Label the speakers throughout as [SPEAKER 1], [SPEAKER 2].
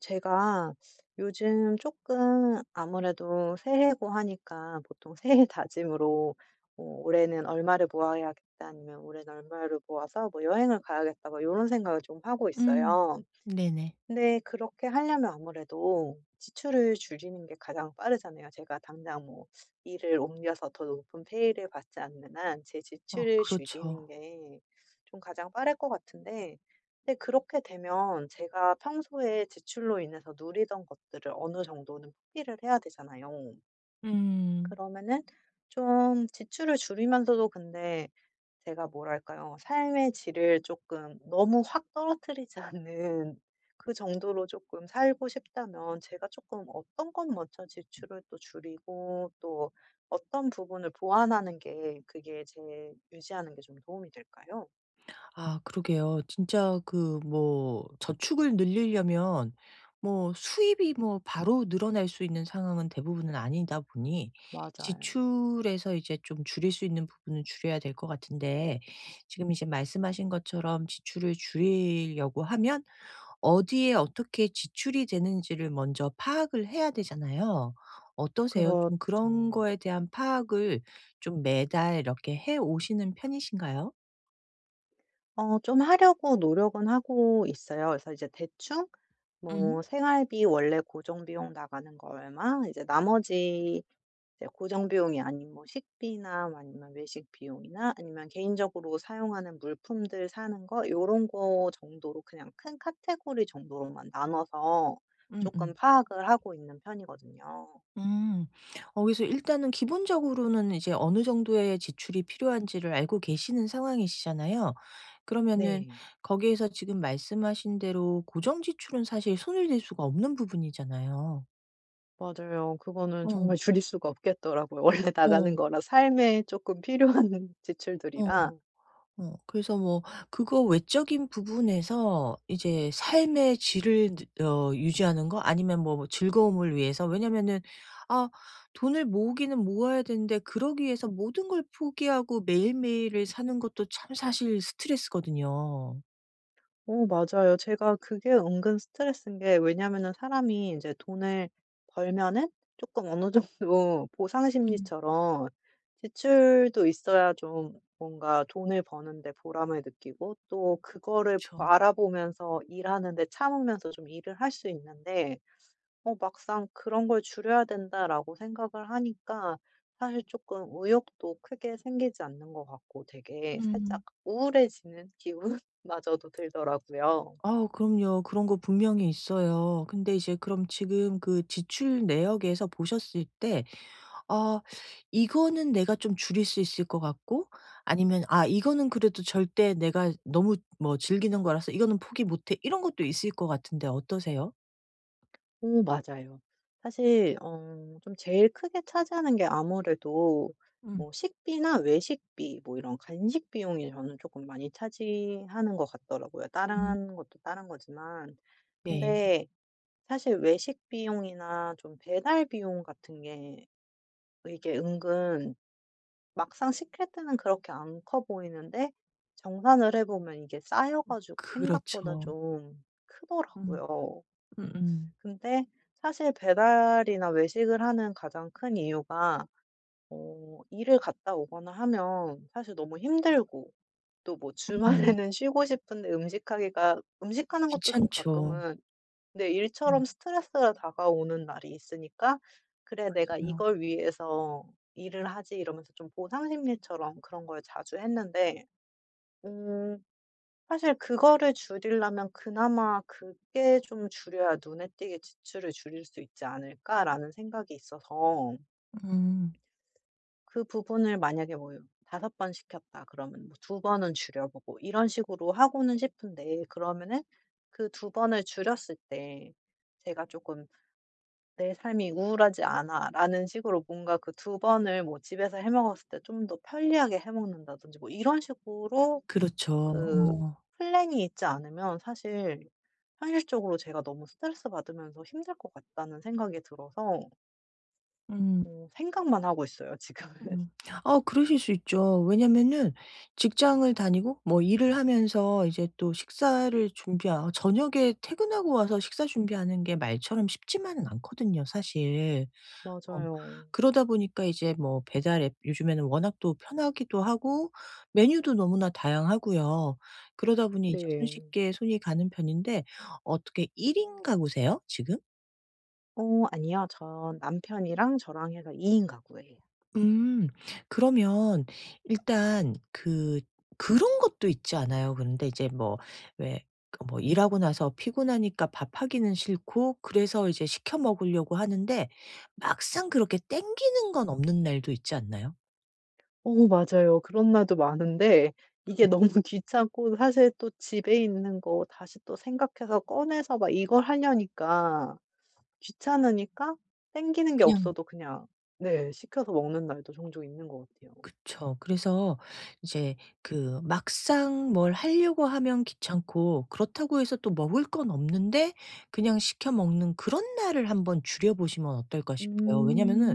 [SPEAKER 1] 제가 요즘 조금 아무래도 새해고 하니까 보통 새해 다짐으로 '올해는 얼마를 모아야겠다.' 아니면 '올해는 얼마를 모아서 뭐 여행을 가야겠다.' 뭐런 생각을 좀 하고
[SPEAKER 2] 음.
[SPEAKER 1] 있어요.
[SPEAKER 2] 네네.
[SPEAKER 1] 근데 그렇게 하려면 아무래도 지출을 줄이는 게 가장 빠르잖아요. 제가 당장 뭐 일을 옮겨서 더 높은 페이를 받지 않는 한 제
[SPEAKER 2] 어
[SPEAKER 1] 지출을 줄이는
[SPEAKER 2] 그렇죠.
[SPEAKER 1] 게 좀 가장 빠를 것 같은데, 근데 그렇게 되면 제가 평소에 지출로 인해서 누리던 것들을 어느 정도는 포기를 해야 되잖아요.
[SPEAKER 2] 음.
[SPEAKER 1] 그러면은 좀 지출을 줄이면서도, 근데 제가 뭐랄까요? 삶의 질을 조금 너무 확 떨어뜨리지 않는 그 정도로 조금 살고 싶다면 제가 조금 어떤 것 먼저 지출을 또 줄이고 또 어떤 부분을 보완하는 게, 그게 제 유지하는 게 좀 도움이 될까요?
[SPEAKER 2] 아 그러게요. 진짜 그 뭐 저축을 늘리려면 뭐 수입이 뭐 바로 늘어날 수 있는 상황은 대부분은 아니다 보니
[SPEAKER 1] 맞아요.
[SPEAKER 2] 지출에서 이제 좀 줄일 수 있는 부분은 줄여야 될 것 같은데, 지금 이제 말씀하신 것처럼 지출을 줄이려고 하면 어디에 어떻게 지출이 되는지를 먼저 파악을 해야 되잖아요. 어떠세요?
[SPEAKER 1] 그렇죠.
[SPEAKER 2] 좀 그런 거에 대한 파악을 좀 매달 이렇게 해 오시는 편이신가요?
[SPEAKER 1] 좀 하려고 노력은 하고 있어요. 그래서 이제 대충 뭐
[SPEAKER 2] 음.
[SPEAKER 1] 생활비 원래 고정 비용 나가는 거 얼마, 이제 나머지 이제 고정 비용이 아닌 뭐 식비나 뭐 아니면 외식 비용이나 아니면 개인적으로 사용하는 물품들 사는 거 요런 거 정도로 그냥 큰 카테고리 정도로만 나눠서 조금
[SPEAKER 2] 음음.
[SPEAKER 1] 파악을 하고 있는 편이거든요.
[SPEAKER 2] 음. 어 그래서 일단은 기본적으로는 이제 어느 정도의 지출이 필요한지를 알고 계시는 상황이시잖아요. 그러면은
[SPEAKER 1] 네.
[SPEAKER 2] 거기에서 지금 말씀하신 대로 고정 지출은 사실 손을 댈 수가 없는 부분이잖아요.
[SPEAKER 1] 맞아요. 그거는
[SPEAKER 2] 어.
[SPEAKER 1] 정말 줄일 수가 없겠더라고요. 원래 나가는
[SPEAKER 2] 어.
[SPEAKER 1] 거라 삶에 조금 필요한
[SPEAKER 2] 어.
[SPEAKER 1] 지출들이라.
[SPEAKER 2] 어 그래서 뭐 그거 외적인 부분에서 이제 삶의 질을 느 어 유지하는 거 아니면 뭐 뭐 즐거움을 위해서. 왜냐면은 아, 돈을 모으기는 모아야 되는데 그러기 위해서 모든 걸 포기하고 매일매일을 사는 것도 참 사실 스트레스거든요.
[SPEAKER 1] 어 맞아요. 제가 그게 은근 스트레스인 게, 왜냐면은 사람이 이제 돈을 벌면은 조금 어느 정도 보상
[SPEAKER 2] 음.
[SPEAKER 1] 심리처럼 지출도 있어야 좀 뭔가 돈을 버는데 보람을 느끼고, 또 그거를
[SPEAKER 2] 그쵸.
[SPEAKER 1] 알아보면서 일하는데 참으면서 좀 일을 할 수 있는데, 막상 '그런 걸 줄여야 된다.'라고 생각을 하니까 사실 조금 의욕도 크게 생기지 않는 것 같고 되게 살짝
[SPEAKER 2] 음.
[SPEAKER 1] 우울해지는 기분마저도 들더라고요.
[SPEAKER 2] 아 그럼요. 그런 거 분명히 있어요. 근데 이제 그럼 지금 그 지출 내역에서 보셨을 때 아 이거는 내가 좀 줄일 수 있을 것 같고, 아니면 '아 이거는 그래도 절대 내가 너무 뭐 즐기는 거라서 이거는 포기 못 해.' 이런 것도 있을 것 같은데, 어떠세요?
[SPEAKER 1] 오 맞아요. 사실 좀 제일 크게 차지하는 게 아무래도
[SPEAKER 2] 음
[SPEAKER 1] 뭐 식비나 외식비 뭐 이런 간식 비용이 저는 조금 많이 차지하는 것 같더라고요.
[SPEAKER 2] 음.
[SPEAKER 1] 다른 것도 다른 거지만.
[SPEAKER 2] 네.
[SPEAKER 1] 근데 사실 외식 비용이나 좀 배달 비용 같은 게 이게 은근, 막상 시킬 때는 그렇게 안 커 보이는데 정산을 해 보면 이게 쌓여 가지고 생각보다
[SPEAKER 2] 그렇죠.
[SPEAKER 1] 좀
[SPEAKER 2] 음.
[SPEAKER 1] 크더라고요.
[SPEAKER 2] 음음.
[SPEAKER 1] 근데 사실 배달이나 외식을 하는 가장 큰 이유가 일을 갔다 오거나 하면 사실 너무 힘들고, 또 뭐
[SPEAKER 2] 음.
[SPEAKER 1] 주말에는 쉬고 싶은데 음식하기가, 음식하는 것도 좀
[SPEAKER 2] 귀찮죠.
[SPEAKER 1] 가끔은 네,
[SPEAKER 2] 음.
[SPEAKER 1] 일처럼 스트레스가 다가오는 날이 있으니까 '그래 내가
[SPEAKER 2] 맞아요.
[SPEAKER 1] 이걸 위해서 일을 하지.' 이러면서 좀 보상 심리처럼 그런 걸 자주 했는데, 음 사실 그거를 줄이려면 그나마 '그게 좀 줄여야 눈에 띄게 지출을 줄일 수 있지 않을까.'라는 생각이 있어서
[SPEAKER 2] 음.
[SPEAKER 1] 그 부분을 만약에 뭐섯번 시켰다 그러면 뭐 번은 줄여 보고 이런 식으로 하고는 싶은데, 그러면은 그 두 번을 줄였을 때 제가 조금 '내 삶이 우울하지 않아.'라는 식으로 뭔가 그 두 번을 뭐 집에서 해 먹었을 때 좀 더 편리하게 해 먹는다든지 뭐 이런 식으로
[SPEAKER 2] 그렇죠.
[SPEAKER 1] 그
[SPEAKER 2] 어.
[SPEAKER 1] 플랜이 있지 않으면 사실 현실적으로 제가 너무 스트레스 받으면서 힘들 것 같다는 생각이 들어서
[SPEAKER 2] 음.
[SPEAKER 1] 생각만 하고 있어요 지금은.
[SPEAKER 2] 음. 아 그러실 수 있죠. 왜냐면은 직장을 다니고 뭐 일을 하면서 이제 또 식사를 준비하 저녁에 퇴근하고 와서 식사 준비하는 게 말처럼 쉽지만은 않거든요, 사실. 어
[SPEAKER 1] 맞아요.
[SPEAKER 2] 그러다 보니까 이제 뭐 배달 앱 요즘에는 워낙 또 편하기도 하고 메뉴도 너무나 다양하고요. 그러다 보니 이제
[SPEAKER 1] 네.
[SPEAKER 2] 손쉽게 손이 가는 편인데 어떻게 1인 가구세요, 지금?
[SPEAKER 1] 아니요. 전 남편이랑 저랑 해서 2인 가구예요.
[SPEAKER 2] 음. 그러면 일단 그 그런 것도 있지 않아요? 그런데 이제 뭐 왜 그 뭐 일하고 나서 피곤하니까 밥하기는 싫고 그래서 이제 시켜 먹으려고 하는데 막상 그렇게 땡기는 건 없는 날도 있지 않나요?
[SPEAKER 1] 어 맞아요. 그런 날도 많은데
[SPEAKER 2] 음,
[SPEAKER 1] 이게 너무 귀찮고, 사실 또 집에 있는 거 다시 또 생각해서 꺼내서 막 이걸 하려니까 귀찮으니까 땡기는 게
[SPEAKER 2] 그냥
[SPEAKER 1] 없어도 그냥 네 시켜서 먹는 날도 종종 있는 것 같아요.
[SPEAKER 2] 그쵸. 그래서 이제 그 막상 뭘 하려고 하면 귀찮고, 그렇다고 해서 또 먹을 건 없는데 그냥 시켜 먹는 그런 날을 한번 줄여 보시면 어떨까 싶어요. 왜냐면은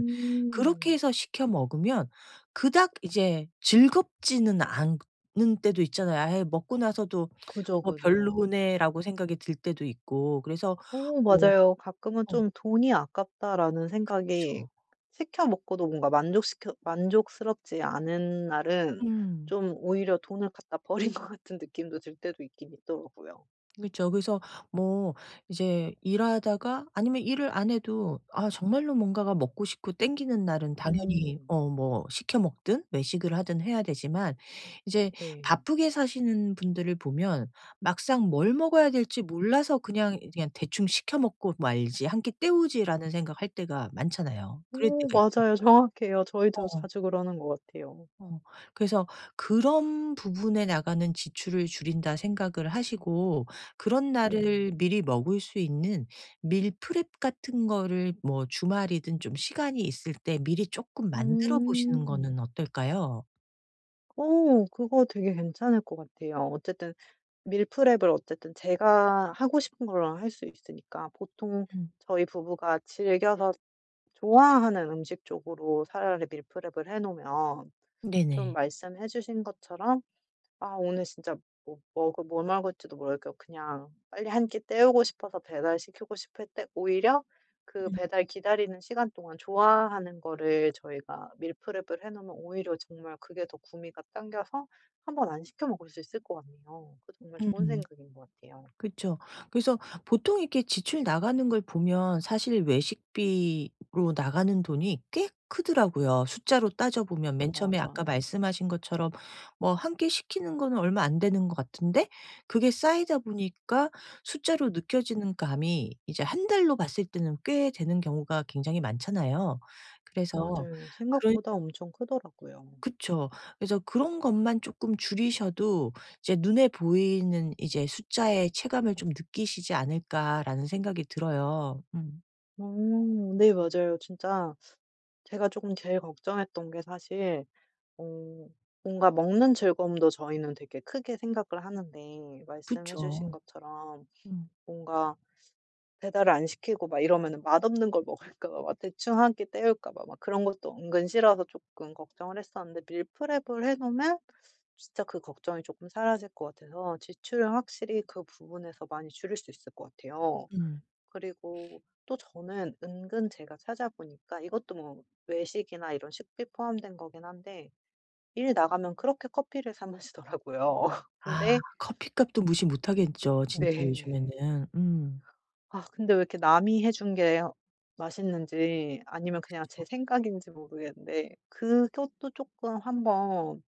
[SPEAKER 2] 그렇게 해서 시켜 먹으면 그닥 이제 즐겁지는 않는 때도 있잖아요. 아예 먹고 나서도
[SPEAKER 1] 그죠,
[SPEAKER 2] '뭐
[SPEAKER 1] 그죠.
[SPEAKER 2] 별로네.'라고 생각이 들 때도 있고. 그래서
[SPEAKER 1] 오
[SPEAKER 2] 뭐
[SPEAKER 1] 맞아요. 가끔은
[SPEAKER 2] 어
[SPEAKER 1] 좀 '돈이 아깝다.'라는 생각이
[SPEAKER 2] 그쵸.
[SPEAKER 1] 시켜 먹고도 뭔가 만족시켜 만족스럽지 않은 날은
[SPEAKER 2] 음.
[SPEAKER 1] 좀 오히려 돈을 갖다 버린 것 같은 느낌도 들 때도 있긴 있더라고요.
[SPEAKER 2] 그렇죠. 그래서 뭐 이제 일하다가 아니면 일을 안 해도 아 정말로 뭔가가 먹고 싶고 땡기는 날은 당연히
[SPEAKER 1] 음.
[SPEAKER 2] 어 뭐 시켜 먹든 외식을 하든 해야 되지만, 이제
[SPEAKER 1] 네.
[SPEAKER 2] 바쁘게 사시는 분들을 보면 막상 뭘 먹어야 될지 몰라서 그냥 '대충 시켜 먹고 말지. 한끼 때우지.'라는 생각할 때가 많잖아요. 그럴
[SPEAKER 1] 오
[SPEAKER 2] 때가
[SPEAKER 1] 맞아요.
[SPEAKER 2] 있잖아요.
[SPEAKER 1] 정확해요. 저희도
[SPEAKER 2] 어.
[SPEAKER 1] 자주 그러는 것 같아요.
[SPEAKER 2] 어. 그래서 그런 부분에 나가는 지출을 줄인다 생각을 하시고 그런 네.
[SPEAKER 1] 네.
[SPEAKER 2] 날을 미리 먹을 수 있는 밀 프렙 같은 거를 뭐 주말이든 좀 시간이 있을 때 미리 조금 만들어 보시는
[SPEAKER 1] 음.
[SPEAKER 2] 거는 어떨까요?
[SPEAKER 1] 오 그거 되게 괜찮을 것 같아요. 어쨌든 밀프렙을 어쨌든 제가 하고 싶은 거로할 수 있으니까 보통
[SPEAKER 2] 음.
[SPEAKER 1] 저희 부부가 즐겨서 좋아하는 음식 쪽으로 차라리 밀프렙을 해 놓으면 좀
[SPEAKER 2] 네네.
[SPEAKER 1] 말씀해 주신 것처럼 '아 오늘 진짜 뭐 먹을 뭘 먹을지도 모르겠고 그냥 빨리 한 끼 때우고 싶어서 배달시키고 싶을 때' 오히려 그
[SPEAKER 2] 음.
[SPEAKER 1] 배달 기다리는 시간 동안 좋아하는 거를 저희가 밀프렙을 해 놓으면 오히려 정말 그게 더 구미가 당겨서 한번 안 시켜 먹을 수 있을 것 같네요. 그 정말 좋은
[SPEAKER 2] 음.
[SPEAKER 1] 생각인 것 같아요.
[SPEAKER 2] 그렇죠. 그래서 보통 이렇게 지출 나가는 걸 보면 사실 외식비로 나가는 돈이 꽤 크더라고요. 숫자로 따져보면
[SPEAKER 1] 어
[SPEAKER 2] 맨 처음에 아까
[SPEAKER 1] 맞아요.
[SPEAKER 2] 말씀하신 것처럼 뭐 한 끼 시키는 거는 얼마 안 되는 것 같은데 그게 쌓이다 보니까 숫자로 느껴지는 감이 이제 한 달로 봤을 때는 꽤 되는 경우가 굉장히 많잖아요. 그래서
[SPEAKER 1] 맞아요.
[SPEAKER 2] 그런
[SPEAKER 1] 생각보다 엄청 크더라고요.
[SPEAKER 2] 그쵸. 그래서 그런 것만 조금 줄이셔도 이제 '눈에 보이는 이제 숫자의 체감을 좀 느끼시지 않을까.'라는 생각이 들어요. 음.
[SPEAKER 1] 오, 네 맞아요. 진짜 제가 조금 제일 걱정했던 게 사실 어 뭔가 먹는 즐거움도 저희는 되게 크게 생각을 하는데 말씀해 주신
[SPEAKER 2] 그쵸.
[SPEAKER 1] 것처럼
[SPEAKER 2] 음.
[SPEAKER 1] 뭔가 배달을 안 시키고 막 이러면은 맛없는 걸 먹을까 봐 막 대충 한 끼 때울까 봐 막 그런 것도 은근 싫어서 조금 걱정을 했었는데, 밀프렙을 해 놓으면 진짜 그 걱정이 조금 사라질 것 같아서 지출을 확실히 그 부분에서 많이 줄일 수 있을 것 같아요.
[SPEAKER 2] 음.
[SPEAKER 1] 그리고 또 저는 은근 제가 찾아보니까 이것도 뭐 외식이나 이런 식비 포함된 거긴 한데 일 나가면 그렇게 커피를 사 마시더라고요.
[SPEAKER 2] 아
[SPEAKER 1] 근데
[SPEAKER 2] 커피값도 무시 못하겠죠 진짜
[SPEAKER 1] 네,
[SPEAKER 2] 요즘에는. 음.
[SPEAKER 1] 아 근데 왜 이렇게 남이 해준 게 맛있는지 아니면 그냥 제 생각인지 모르겠는데 그것도 조금 한번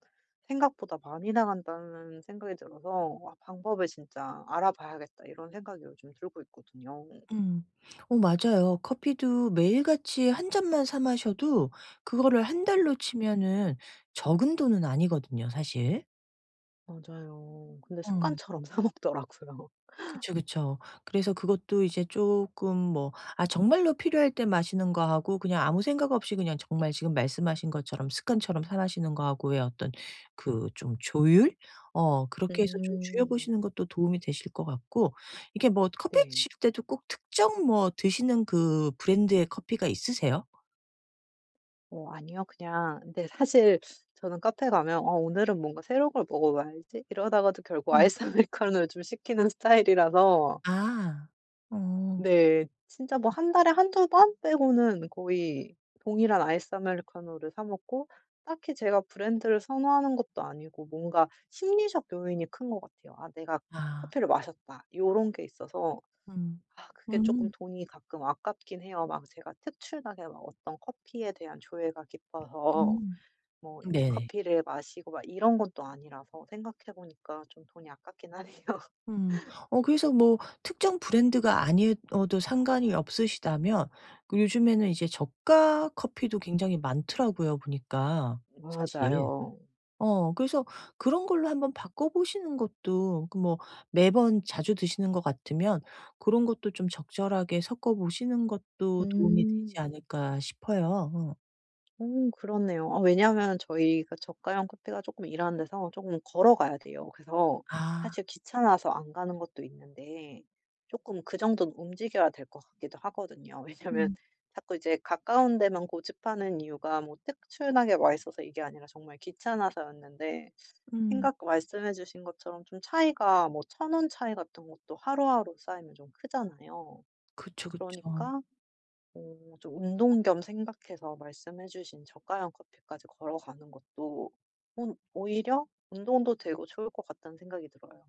[SPEAKER 1] '생각보다 많이 나간다.'는 생각이 들어서 와, 방법을 진짜 알아봐야겠다.' 이런 생각이 요즘 들고 있거든요.
[SPEAKER 2] 음. 어 맞아요. 커피도 매일같이 한 잔만 사 마셔도 그거를 한 달로 치면은 적은 돈은 아니거든요, 사실.
[SPEAKER 1] 맞아요. 근데
[SPEAKER 2] 어.
[SPEAKER 1] 습관처럼 사 먹더라고요.
[SPEAKER 2] 그쵸, 그쵸. 그래서 그것도 이제 조금 뭐 아 정말로 필요할 때 마시는 거하고 그냥 아무 생각 없이 그냥 정말 지금 말씀하신 것처럼 습관처럼 사 마시는 거하고의 어떤 그 좀 조율? 어 그렇게 해서 좀 줄여
[SPEAKER 1] 음.
[SPEAKER 2] 보시는 것도 도움이 되실 것 같고, 이게 뭐 커피
[SPEAKER 1] 네.
[SPEAKER 2] 드실 때도 꼭 특정 뭐 드시는 그 브랜드의 커피가 있으세요?
[SPEAKER 1] 아니요. 그냥 근데 사실 저는 카페 가면 '아 오늘은 뭔가 새로운 걸 먹어 봐야지.' 이러다가도 결국
[SPEAKER 2] 음.
[SPEAKER 1] 아이스 아메리카노를 좀 시키는 스타일이라서
[SPEAKER 2] 아. 어.
[SPEAKER 1] 네. 진짜 뭐 한 달에 한두 번 빼고는 거의 동일한 아이스 아메리카노를 사 먹고 딱히 제가 브랜드를 선호하는 것도 아니고 뭔가 심리적 요인이 큰 것 같아요. '아 내가
[SPEAKER 2] 아.
[SPEAKER 1] 커피를 마셨다.' 요런 게 있어서
[SPEAKER 2] 음.
[SPEAKER 1] 아 그게 조금
[SPEAKER 2] 음.
[SPEAKER 1] 돈이 가끔 아깝긴 해요. 막 제가 특출나게 막 어떤 커피에 대한 조회가 깊어서
[SPEAKER 2] 음.
[SPEAKER 1] 뭐 이
[SPEAKER 2] 네네.
[SPEAKER 1] 커피를 마시고 막 이런 건 또 아니라서 생각해 보니까 좀 돈이 아깝긴 하네요.
[SPEAKER 2] 음. 어 그래서 뭐 특정 브랜드가 아니어도 상관이 없으시다면 그 요즘에는 이제 저가 커피도 굉장히 많더라고요 보니까, 사실.
[SPEAKER 1] 맞아요.
[SPEAKER 2] 어 그래서 그런 걸로 한번 바꿔 보시는 것도 그 뭐 매번 자주 드시는 것 같으면 그런 것도 좀 적절하게 섞어 보시는 것도 도움이
[SPEAKER 1] 음.
[SPEAKER 2] 되지 않을까 싶어요. 어.
[SPEAKER 1] 그렇네요. 아 왜냐하면 저희가 저가형 카페가 조금 일하는 데서 조금 걸어가야 돼요. 그래서
[SPEAKER 2] 아.
[SPEAKER 1] 사실 귀찮아서 안 가는 것도 있는데 조금 그 정도는 움직여야 될 것 같기도 하거든요. 왜냐하면
[SPEAKER 2] 음.
[SPEAKER 1] 자꾸 이제 가까운 데만 고집하는 이유가 뭐 특출나게 맛있어서 이게 아니라 정말 귀찮아서였는데,
[SPEAKER 2] 음.
[SPEAKER 1] 생각 말씀해 주신 것처럼 좀 차이가 뭐 1,000원 차이 같은 것도 하루하루 쌓이면 좀 크잖아요.
[SPEAKER 2] 그쵸, 그쵸.
[SPEAKER 1] 그러니까 좀 운동 겸 생각해서 말씀해 주신 저가형 커피까지 걸어가는 것도 오히려 운동도 되고 좋을 것 같다는 생각이 들어요.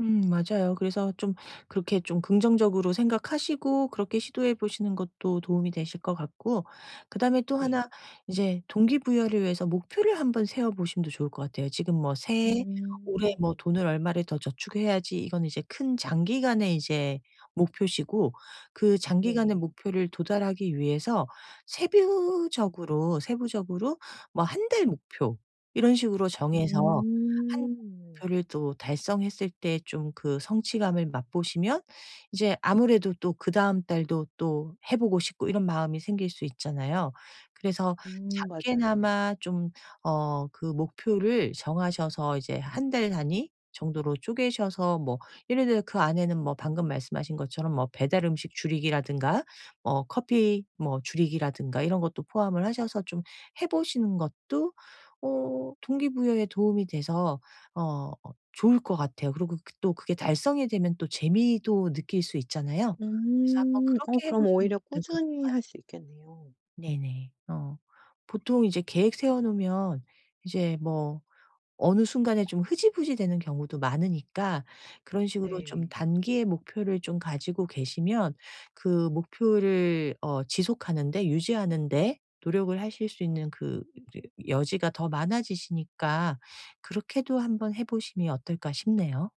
[SPEAKER 2] 맞아요. 그래서 좀 그렇게 좀 긍정적으로 생각하시고 그렇게 시도해 보시는 것도 도움이 되실 것 같고, 그다음에 또
[SPEAKER 1] 네.
[SPEAKER 2] 하나 이제 동기부여를 위해서 목표를 한번 세워 보심도 좋을 것 같아요. 지금 뭐 새해 올해
[SPEAKER 1] 음.
[SPEAKER 2] 뭐 돈을 얼마를 더 저축해야지, 이건 이제 큰 장기간의 이제 목표시고, 그 장기간의
[SPEAKER 1] 네.
[SPEAKER 2] 목표를 도달하기 위해서 세부적으로 뭐 한 달 목표 이런 식으로 정해서
[SPEAKER 1] 음.
[SPEAKER 2] 목표를 또 달성했을 때 좀 그 성취감을 맛보시면 이제 아무래도 또 그다음 달도 또 해 보고 싶고 이런 마음이 생길 수 있잖아요. 그래서
[SPEAKER 1] 맞아요.
[SPEAKER 2] 작게나마 좀 어 그 목표를 정하셔서 이제 한 달 단위 정도로 쪼개셔서 뭐 예를 들어 그 안에는 뭐 방금 말씀하신 것처럼 뭐 배달 음식 줄이기라든가 뭐 커피 뭐 줄이기라든가 이런 것도 포함을 하셔서 좀 해 보시는 것도 어 동기부여에 도움이 돼서 어 좋을 것 같아요. 그리고 그 또 그게 달성이 되면 또 재미도 느낄 수 있잖아요. 그래서 한번
[SPEAKER 1] 음. 어
[SPEAKER 2] 그렇게 해
[SPEAKER 1] 그럼
[SPEAKER 2] 보시면
[SPEAKER 1] 오히려
[SPEAKER 2] 어떨까
[SPEAKER 1] 꾸준히
[SPEAKER 2] 싶어요.
[SPEAKER 1] 할 수 있겠네요.
[SPEAKER 2] 네네. 어. 보통 이제 계획 세워 놓으면 이제 뭐 어느 순간에 좀 흐지부지 되는 경우도 많으니까, 그런 식으로 좀
[SPEAKER 1] 네.
[SPEAKER 2] 단기의 목표를 좀 가지고 계시면 그 목표를 어 지속하는 데 유지하는 데 노력을 하실 수 있는 그 여지가 더 많아지시니까 그렇게도 한번 해 보심이 어떨까 싶네요.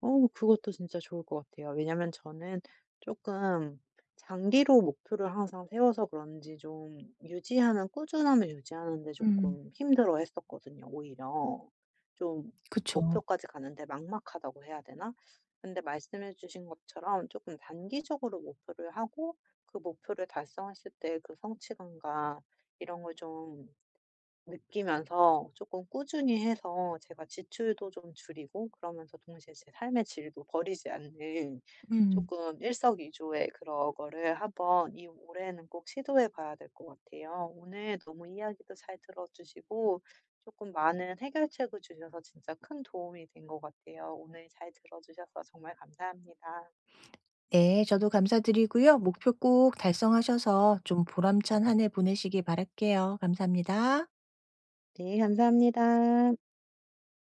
[SPEAKER 1] 어 그것도 진짜 좋을 것 같아요. 왜냐면 저는 조금 장기로 목표를 항상 세워서 그런지 좀 유지하는, 꾸준함을 유지하는 데
[SPEAKER 2] 음.
[SPEAKER 1] 조금 힘들어 했었거든요 오히려. 좀
[SPEAKER 2] 그쵸.
[SPEAKER 1] 목표까지 가는데 막막하다고 해야 되나? 근데 말씀해 주신 것처럼 조금 단기적으로 목표를 하고 그 목표를 달성했을 때 그 성취감과 이런 걸좀 느끼면서 조금 꾸준히 해서 제가 지출도 좀 줄이고 그러면서 동시에 제 삶의 질도 버리지 않는
[SPEAKER 2] 음.
[SPEAKER 1] 조금 일석이조의 그런 거를 한번 이 올해는 꼭 시도해 봐야 될 것 같아요. 오늘 너무 이야기도 잘 들어 주시고 조금 많은 해결책을 주셔서 진짜 큰 도움이 된 것 같아요. 오늘 잘 들어 주셔서 정말 감사합니다.
[SPEAKER 2] 네. 저도 감사드리고요. 목표 꼭 달성하셔서 좀 보람찬 한 해 보내시기 바랄게요. 감사합니다.
[SPEAKER 1] 네, 감사합니다.